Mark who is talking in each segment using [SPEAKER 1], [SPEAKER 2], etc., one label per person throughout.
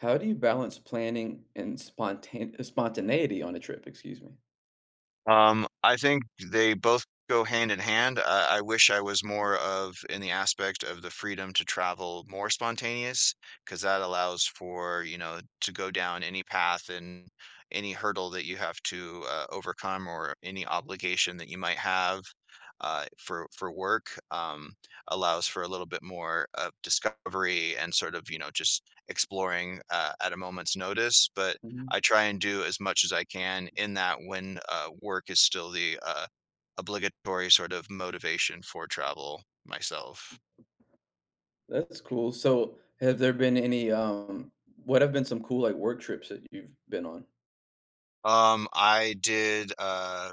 [SPEAKER 1] How do you balance planning and spontaneity on a trip? Excuse me.
[SPEAKER 2] I think they both go hand in hand. I wish I was more of in the aspect of the freedom to travel more spontaneous, because that allows for, you know, to go down any path and any hurdle that you have to overcome or any obligation that you might have for work allows for a little bit more of discovery and sort of, you know, just exploring at a moment's notice. But
[SPEAKER 1] Mhm.
[SPEAKER 2] I try and do as much as I can in that when work is still the obligatory sort of motivation for travel myself.
[SPEAKER 1] That's cool. So, have there been any, what have been some cool, like, work trips that you've been on?
[SPEAKER 2] I did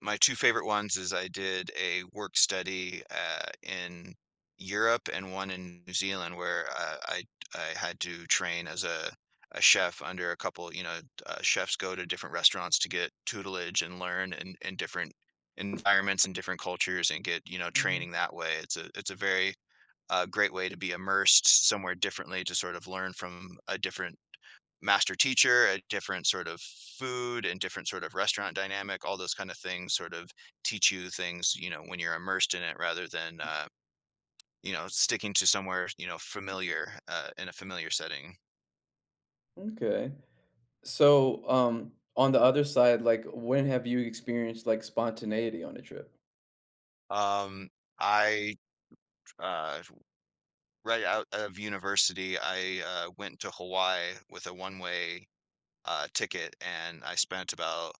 [SPEAKER 2] my two favorite ones is I did a work study in Europe and one in New Zealand where I had to train as a chef under a couple, you know, chefs go to different restaurants to get tutelage and learn in different environments and different cultures and get, you know,
[SPEAKER 1] Mhm.
[SPEAKER 2] training that way. It's a very great way to be immersed somewhere differently to sort of learn from a different master teacher, a different sort of food and different sort of restaurant dynamic, all those kind of things sort of teach you things, you know, when you're immersed in it rather than, you know, sticking to somewhere, you know, familiar in a familiar setting.
[SPEAKER 1] Okay. So, on the other side, like, when have you experienced, like, spontaneity on a trip?
[SPEAKER 2] Um, I, uh, right out of university, I went to Hawaii with a one way ticket and I spent about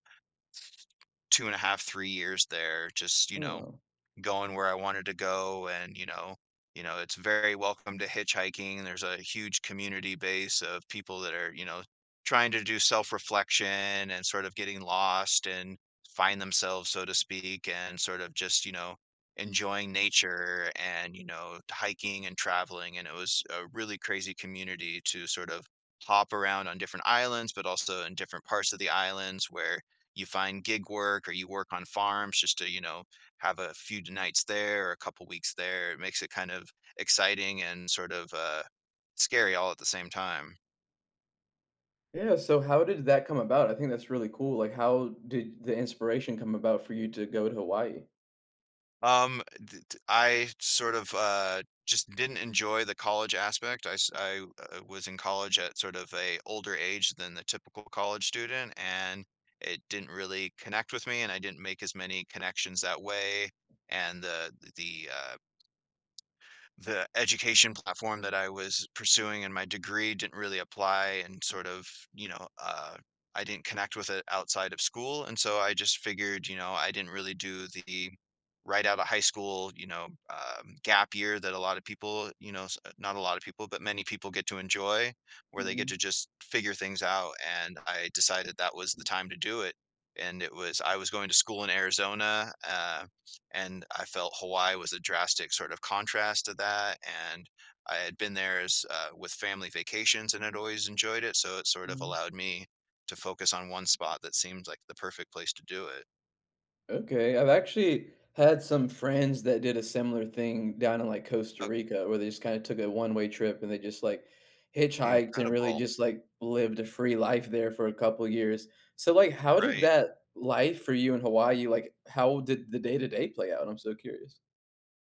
[SPEAKER 2] two and a half, 3 years there, just, you
[SPEAKER 1] Oh,
[SPEAKER 2] know,
[SPEAKER 1] wow.
[SPEAKER 2] going where I wanted to go and, you know, it's very welcome to hitchhiking. There's a huge community base of people that are, you know, trying to do self-reflection and sort of getting lost and find themselves, so to speak, and sort of just, you know, enjoying nature and, you know, hiking and traveling. And it was a really crazy community to sort of hop around on different islands, but also in different parts of the islands where you find gig work or you work on farms just to, you know, have a few nights there or a couple weeks there. It makes it kind of exciting and sort of scary all at the same time.
[SPEAKER 1] Yeah, so how did that come about? I think that's really cool. Like, how did the inspiration come about for you to go to Hawaii?
[SPEAKER 2] I sort of just didn't enjoy the college aspect. I was in college at sort of a older age than the typical college student, and it didn't really connect with me, and I didn't make as many connections that way. And the education platform that I was pursuing and my degree didn't really apply and sort of, you know, I didn't connect with it outside of school. And so I just figured, you know, I didn't really do the right out of high school, you know, gap year that a lot of people, you know, not a lot of people, but many people get to enjoy where they get to
[SPEAKER 1] Mhm.
[SPEAKER 2] just figure things out. And I decided that was the time to do it. And it was, I was going to school in Arizona. And I felt Hawaii was a drastic sort of contrast to that. And I had been there as with family vacations and had always enjoyed it, so it sort of
[SPEAKER 1] Mhm.
[SPEAKER 2] allowed me to focus on one spot that seemed like the perfect place to do it.
[SPEAKER 1] Okay, I've actually had some friends that did a similar thing down in, like, Costa
[SPEAKER 2] Oh,
[SPEAKER 1] Rica where they just kinda took a one-way trip and they just, like, hitchhiked and really
[SPEAKER 2] incredible,
[SPEAKER 1] just, like, lived a free life there for a couple years. So, like, how did
[SPEAKER 2] right?
[SPEAKER 1] that life for you in Hawaii, like, how did the day-to-day play out? I'm so curious.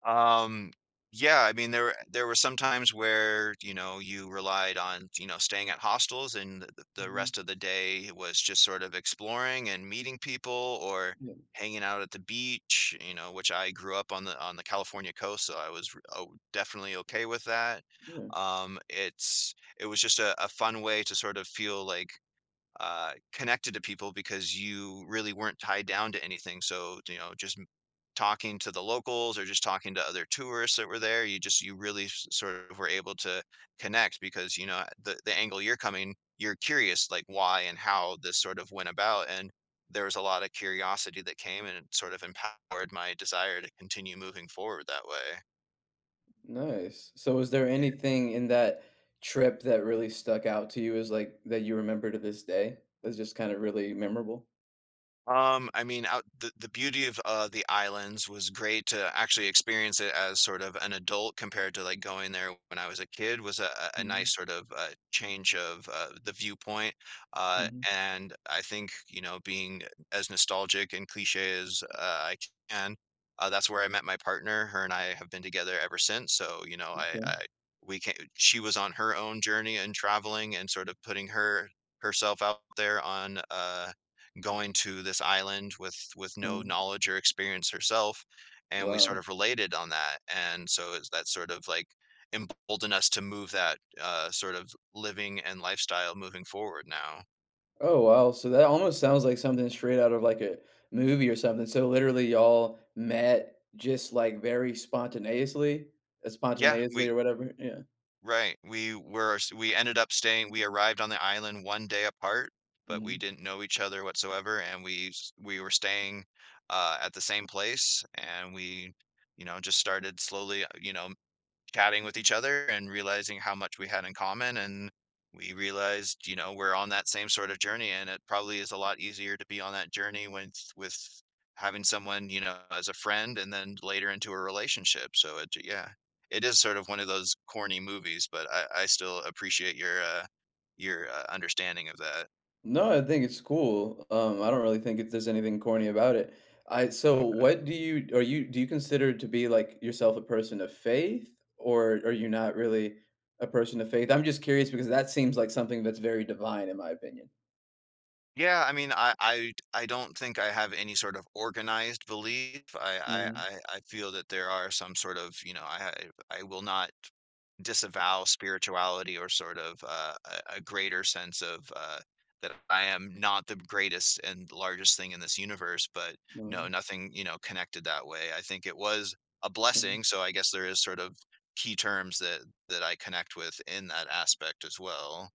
[SPEAKER 2] Um, yeah, I mean, there were some times where, you know, you relied on, you know, staying at hostels and the
[SPEAKER 1] Mhm.
[SPEAKER 2] rest of the day was just sort of exploring and meeting people or
[SPEAKER 1] Yeah,
[SPEAKER 2] hanging out at the beach, you know, which I grew up on the California coast, so I was oh, definitely okay with that.
[SPEAKER 1] yeah,
[SPEAKER 2] It's it was just a fun way to sort of feel like connected to people because you really weren't tied down to anything. So, you know, talking to the locals or just talking to other tourists that were there, you just, you really sort of were able to connect because, you know, the angle you're coming, you're curious like why and how this sort of went about. And there was a lot of curiosity that came and it sort of empowered my desire to continue moving forward that way.
[SPEAKER 1] nice. So was there anything in that trip that really stuck out to you as, like, that you remember to this day that's just kinda really memorable?
[SPEAKER 2] I mean, out the beauty of the islands was great to actually experience it as sort of an adult compared to like going there when I was a kid was a
[SPEAKER 1] Mhm,
[SPEAKER 2] nice sort of change of the viewpoint.
[SPEAKER 1] mhm,
[SPEAKER 2] And I think, you know, being as nostalgic and cliche as I can, that's where I met my partner. Her and I have been together ever since. So, you know,
[SPEAKER 1] okay,
[SPEAKER 2] I we can she was on her own journey and traveling and sort of putting herself out there on going to this island with
[SPEAKER 1] uh
[SPEAKER 2] no knowledge or experience herself, and we sort
[SPEAKER 1] wow.
[SPEAKER 2] of related on that, and so it's that sort of like emboldened us to move that, sort of living and lifestyle moving forward now.
[SPEAKER 1] Oh, wow. So that almost sounds like something straight out of, like, a movie or something. So literally y'all met just, like, very
[SPEAKER 2] Yeah,
[SPEAKER 1] spontaneously
[SPEAKER 2] we
[SPEAKER 1] or whatever? Yeah.
[SPEAKER 2] right, we were we ended up staying we arrived on the island one day apart, but we
[SPEAKER 1] Mhm.
[SPEAKER 2] didn't know each other whatsoever, and we were staying, at the same place, and we, you know, just started slowly, you know, chatting with each other and realizing how much we had in common. And we realized, you know, we're on that same sort of journey, and it probably is a lot easier to be on that journey with having someone, you know, as a friend and then later into a relationship. So it, yeah, it is sort of one of those corny movies, but I still appreciate your understanding of that.
[SPEAKER 1] No, I think it's cool. I don't really think it there's anything corny about it. I so what do you are you do you consider to be, like, yourself a person of faith, or are you not really a person of faith? I'm just curious because that seems like something that's very divine in my opinion.
[SPEAKER 2] Yeah, I mean, I don't think I have any sort of organized belief.
[SPEAKER 1] Mhm.
[SPEAKER 2] I feel that there are some sort of, you know, I will not disavow spirituality or sort of a greater sense of that I am not the greatest and largest thing in this universe, but no,
[SPEAKER 1] Mhm.
[SPEAKER 2] nothing, you know, connected that way. I think it was a
[SPEAKER 1] Mhm.
[SPEAKER 2] blessing. So I guess there is sort of key terms that I connect with in that aspect as well.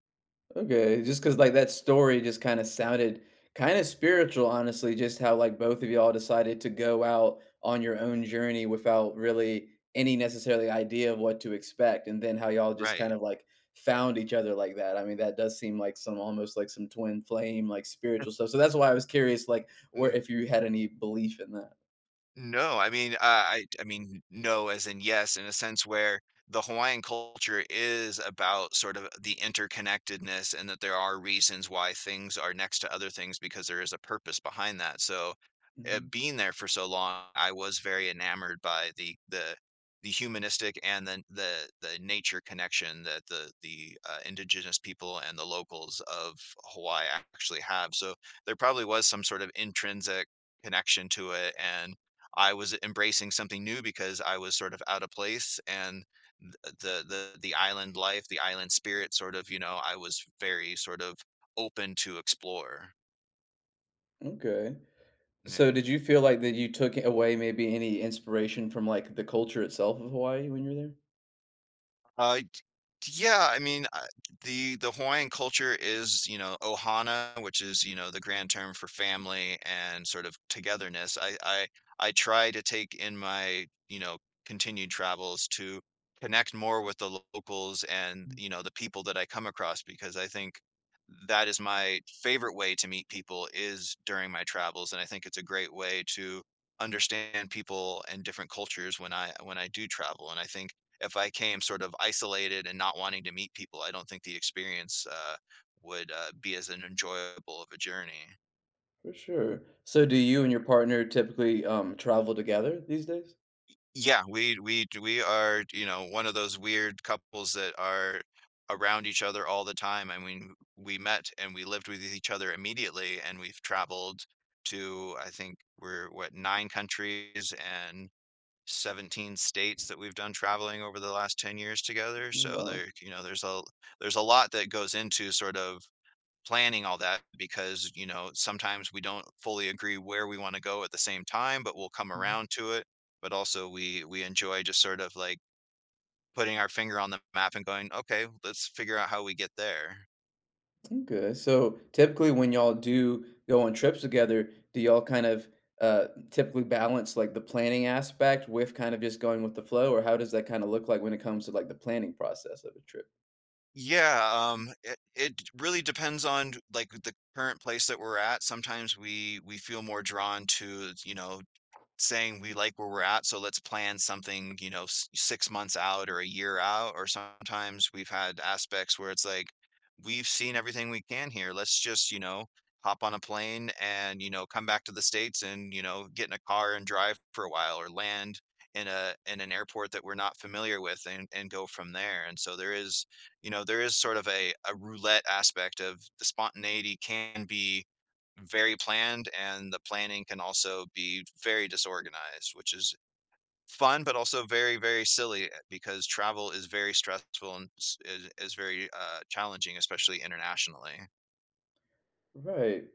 [SPEAKER 1] Okay, just because like that story just kind of sounded kind of spiritual, honestly, just how like both of y'all decided to go out on your own journey without really any necessarily idea of what to expect, and then how y'all just
[SPEAKER 2] Right.
[SPEAKER 1] kind of like found each other like that. I mean, that does seem like some almost like some twin flame, like spiritual stuff. So that's why I was curious, like, where
[SPEAKER 2] Mm.
[SPEAKER 1] if you had any belief in that.
[SPEAKER 2] No, I mean, I mean, no, as in yes, in a sense where the Hawaiian culture is about sort of the interconnectedness and that there are reasons why things are next to other things because there is a purpose behind that. So,
[SPEAKER 1] Mhm.
[SPEAKER 2] being there for so long, I was very enamored by the humanistic and then the nature connection that the indigenous people and the locals of Hawaii actually have. So there probably was some sort of intrinsic connection to it, and I was embracing something new because I was sort of out of place, and the island life, the island spirit sort of, you know, I was very sort of open to explore.
[SPEAKER 1] Okay.
[SPEAKER 2] Yeah.
[SPEAKER 1] So did you feel like that you took away maybe any inspiration from like the culture itself of Hawaii when you were there?
[SPEAKER 2] Uh, d- yeah, I mean, the Hawaiian culture is, you know, ohana, which is, you know, the grand term for family and sort of togetherness. I try to take in my, you know, continued travels to connect more with the locals and, you know, the people that I come across, because I think that is my favorite way to meet people is during my travels, and I think it's a great way to understand people and different cultures when I do travel. And I think if I came sort of isolated and not wanting to meet people, I don't think the experience would be as an enjoyable of a journey.
[SPEAKER 1] For sure. So do you and your partner typically, travel together these days?
[SPEAKER 2] Yeah, we are, you know, one of those weird couples that are around each other all the time. I mean, we met and we lived with each other immediately, and we've traveled to, I think we're what, nine countries and 17 states that we've done traveling over the last 10 years together. So
[SPEAKER 1] Wow.
[SPEAKER 2] you know, there's a lot that goes into sort of planning all that because, you know, sometimes we don't fully agree where we want to go at the same time, but we'll come
[SPEAKER 1] Mhm.
[SPEAKER 2] around to it. But also we enjoy just sort of like putting our finger on the map and going, okay, let's figure out how we get there.
[SPEAKER 1] Okay, so typically when y'all do go on trips together, do y'all kind of, typically balance, like, the planning aspect with kind of just going with the flow, or how does that kinda look like when it comes to, like, the planning process of a trip?
[SPEAKER 2] Yeah, it, it really depends on like the current place that we're at. Sometimes we feel more drawn to, you know, saying we like where we're at, so let's plan something, you know, 6 months out or a year out. Or sometimes we've had aspects where it's like, we've seen everything we can here. Let's just, you know, hop on a plane and, you know, come back to the States and, you know, get in a car and drive for a while, or land in an airport that we're not familiar with, and go from there. And so there is, you know, there is sort of a roulette aspect. Of the spontaneity can be very planned, and the planning can also be very disorganized, which is fun, but also very, very silly, because travel is very stressful and is very challenging, especially internationally.
[SPEAKER 1] Right.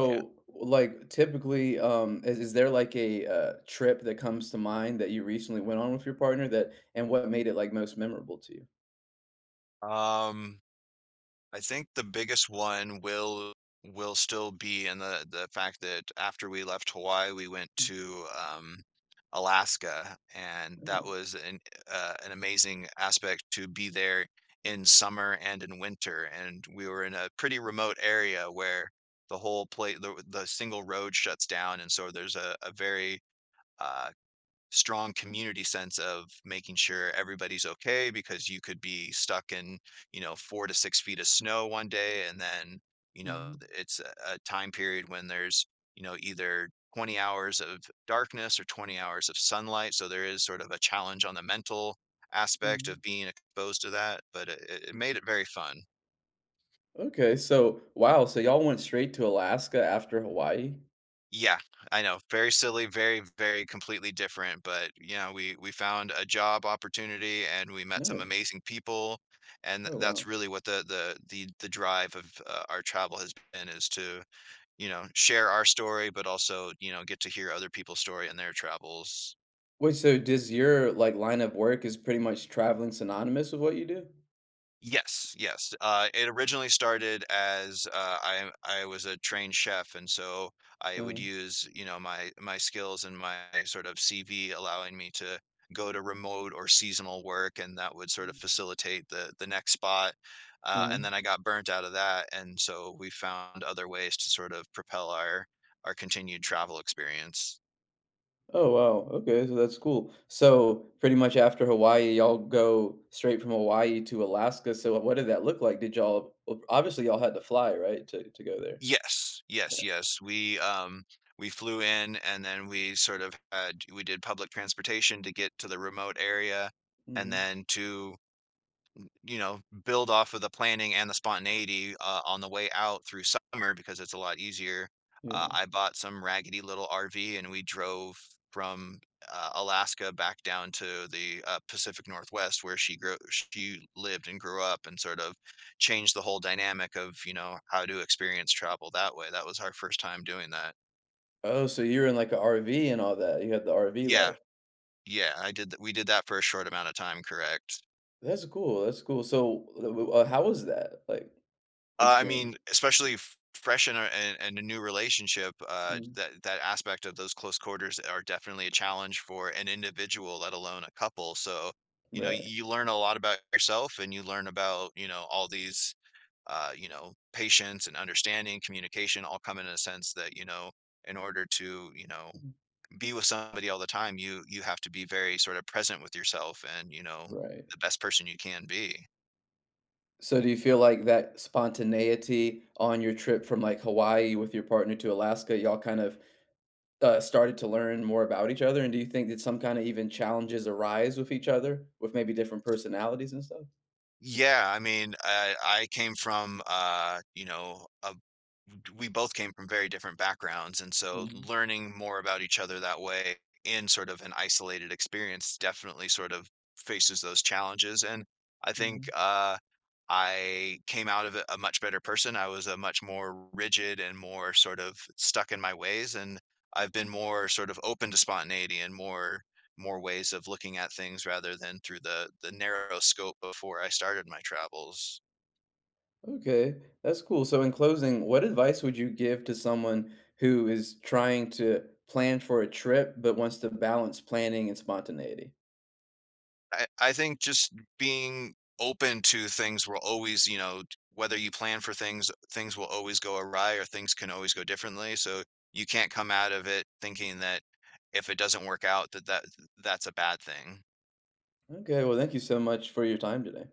[SPEAKER 2] Yeah.
[SPEAKER 1] like, typically, um, is there, like, a trip that comes to mind that you recently went on with your partner that and what made it, like, most memorable to you?
[SPEAKER 2] Um, I think the biggest one will still be in the fact that after we left Hawaii, we went to, Alaska, and that
[SPEAKER 1] Oh,
[SPEAKER 2] was an amazing aspect, to be there in summer and in winter. And we were in a pretty remote area where the whole plate the single road shuts down, and so there's a very uh, strong community sense of making sure everybody's okay, because you could be stuck in, you know, 4 to 6 feet of snow one day, and then, you know,
[SPEAKER 1] mhm,
[SPEAKER 2] it's a time period when there's, you know, either 20 hours of darkness or 20 hours of sunlight. So there is sort of a challenge on the mental aspect of
[SPEAKER 1] mhm.
[SPEAKER 2] being exposed to that, but it made it very fun.
[SPEAKER 1] Okay, so wow, so y'all went straight to Alaska after Hawaii?
[SPEAKER 2] Yeah, I know. Very silly, very, very completely different. But, you know, we found a job opportunity, and we met some
[SPEAKER 1] Nice.
[SPEAKER 2] amazing people, and th
[SPEAKER 1] Oh
[SPEAKER 2] that's
[SPEAKER 1] wow.
[SPEAKER 2] really what the drive of, our travel has been, is to, you know, share our story, but also, you know, get to hear other people's story and their travels.
[SPEAKER 1] Wait, so does your like line of work is pretty much traveling synonymous with what you do?
[SPEAKER 2] Yes, yes. It originally started as, I was a trained chef, and so I would
[SPEAKER 1] Uh-huh.
[SPEAKER 2] use, you know, my skills and my sort of CV, allowing me to go to remote or seasonal work, and that would sort of facilitate the next spot.
[SPEAKER 1] uh
[SPEAKER 2] And then I got burnt out of that, and so we found other ways to sort of propel our continued travel experience.
[SPEAKER 1] Oh wow. Okay, so that's cool. So pretty much after Hawaii, y'all go straight from Hawaii to Alaska. So what did that look like? Did y'all well, obviously y'all had to fly, right? To go there.
[SPEAKER 2] Yes, yes,
[SPEAKER 1] Yeah.
[SPEAKER 2] yes. We flew in, and then we sort of had we did public transportation to get to the remote area, and
[SPEAKER 1] hmm
[SPEAKER 2] then to, you know, build off of the planning and the spontaneity, on the way out through summer, because it's a lot easier.
[SPEAKER 1] Yeah.
[SPEAKER 2] I bought some raggedy little RV, and we drove from, Alaska back down to the, Pacific Northwest where she lived and grew up, and sort of changed the whole dynamic of, you know, how to experience travel that way. That was our first time doing that.
[SPEAKER 1] Oh, so you were in like a RV and all that. You had the RV
[SPEAKER 2] Yeah,
[SPEAKER 1] life.
[SPEAKER 2] yeah, I did that we did that for a short amount of time, correct.
[SPEAKER 1] That's cool, that's cool. So, w how was that, like,
[SPEAKER 2] I
[SPEAKER 1] experience?
[SPEAKER 2] mean, especially f fresh in a in in a new relationship,
[SPEAKER 1] Mm,
[SPEAKER 2] that aspect of those close quarters are definitely a challenge for an individual, let alone a couple. So, you know,
[SPEAKER 1] right,
[SPEAKER 2] you learn a lot about yourself, and you learn about, you know, all these, you know, patience and understanding, communication, all come in a sense that, you know, in order to, you know,
[SPEAKER 1] mm,
[SPEAKER 2] be with somebody all the time, you have to be very sort of present with yourself and, you know,
[SPEAKER 1] right.
[SPEAKER 2] the best person you can be.
[SPEAKER 1] So do you feel like that spontaneity on your trip from, like, Hawaii with your partner to Alaska, y'all kind of, started to learn more about each other, and do you think that some kinda even challenges arise with each other, with maybe different personalities and stuff?
[SPEAKER 2] Yeah, I mean, I came from, you know, we both came from very different backgrounds, and so
[SPEAKER 1] Mhm,
[SPEAKER 2] learning more about each other that way, in sort of an isolated experience, definitely sort of faces those challenges. And I think,
[SPEAKER 1] mhm.
[SPEAKER 2] uh, I came out of it a much better person. I was a much more rigid and more sort of stuck in my ways, and I've been more sort of open to spontaneity and more ways of looking at things, rather than through the narrow scope before I started my travels.
[SPEAKER 1] Okay, that's cool. So, in closing, what advice would you give to someone who is trying to plan for a trip but wants to balance planning and spontaneity?
[SPEAKER 2] I think just being open to things will always, you know, whether you plan for things, things will always go awry, or things can always go differently. So you can't come out of it thinking that if it doesn't work out, that, that that's a bad thing.
[SPEAKER 1] Okay, well, thank you so much for your time today.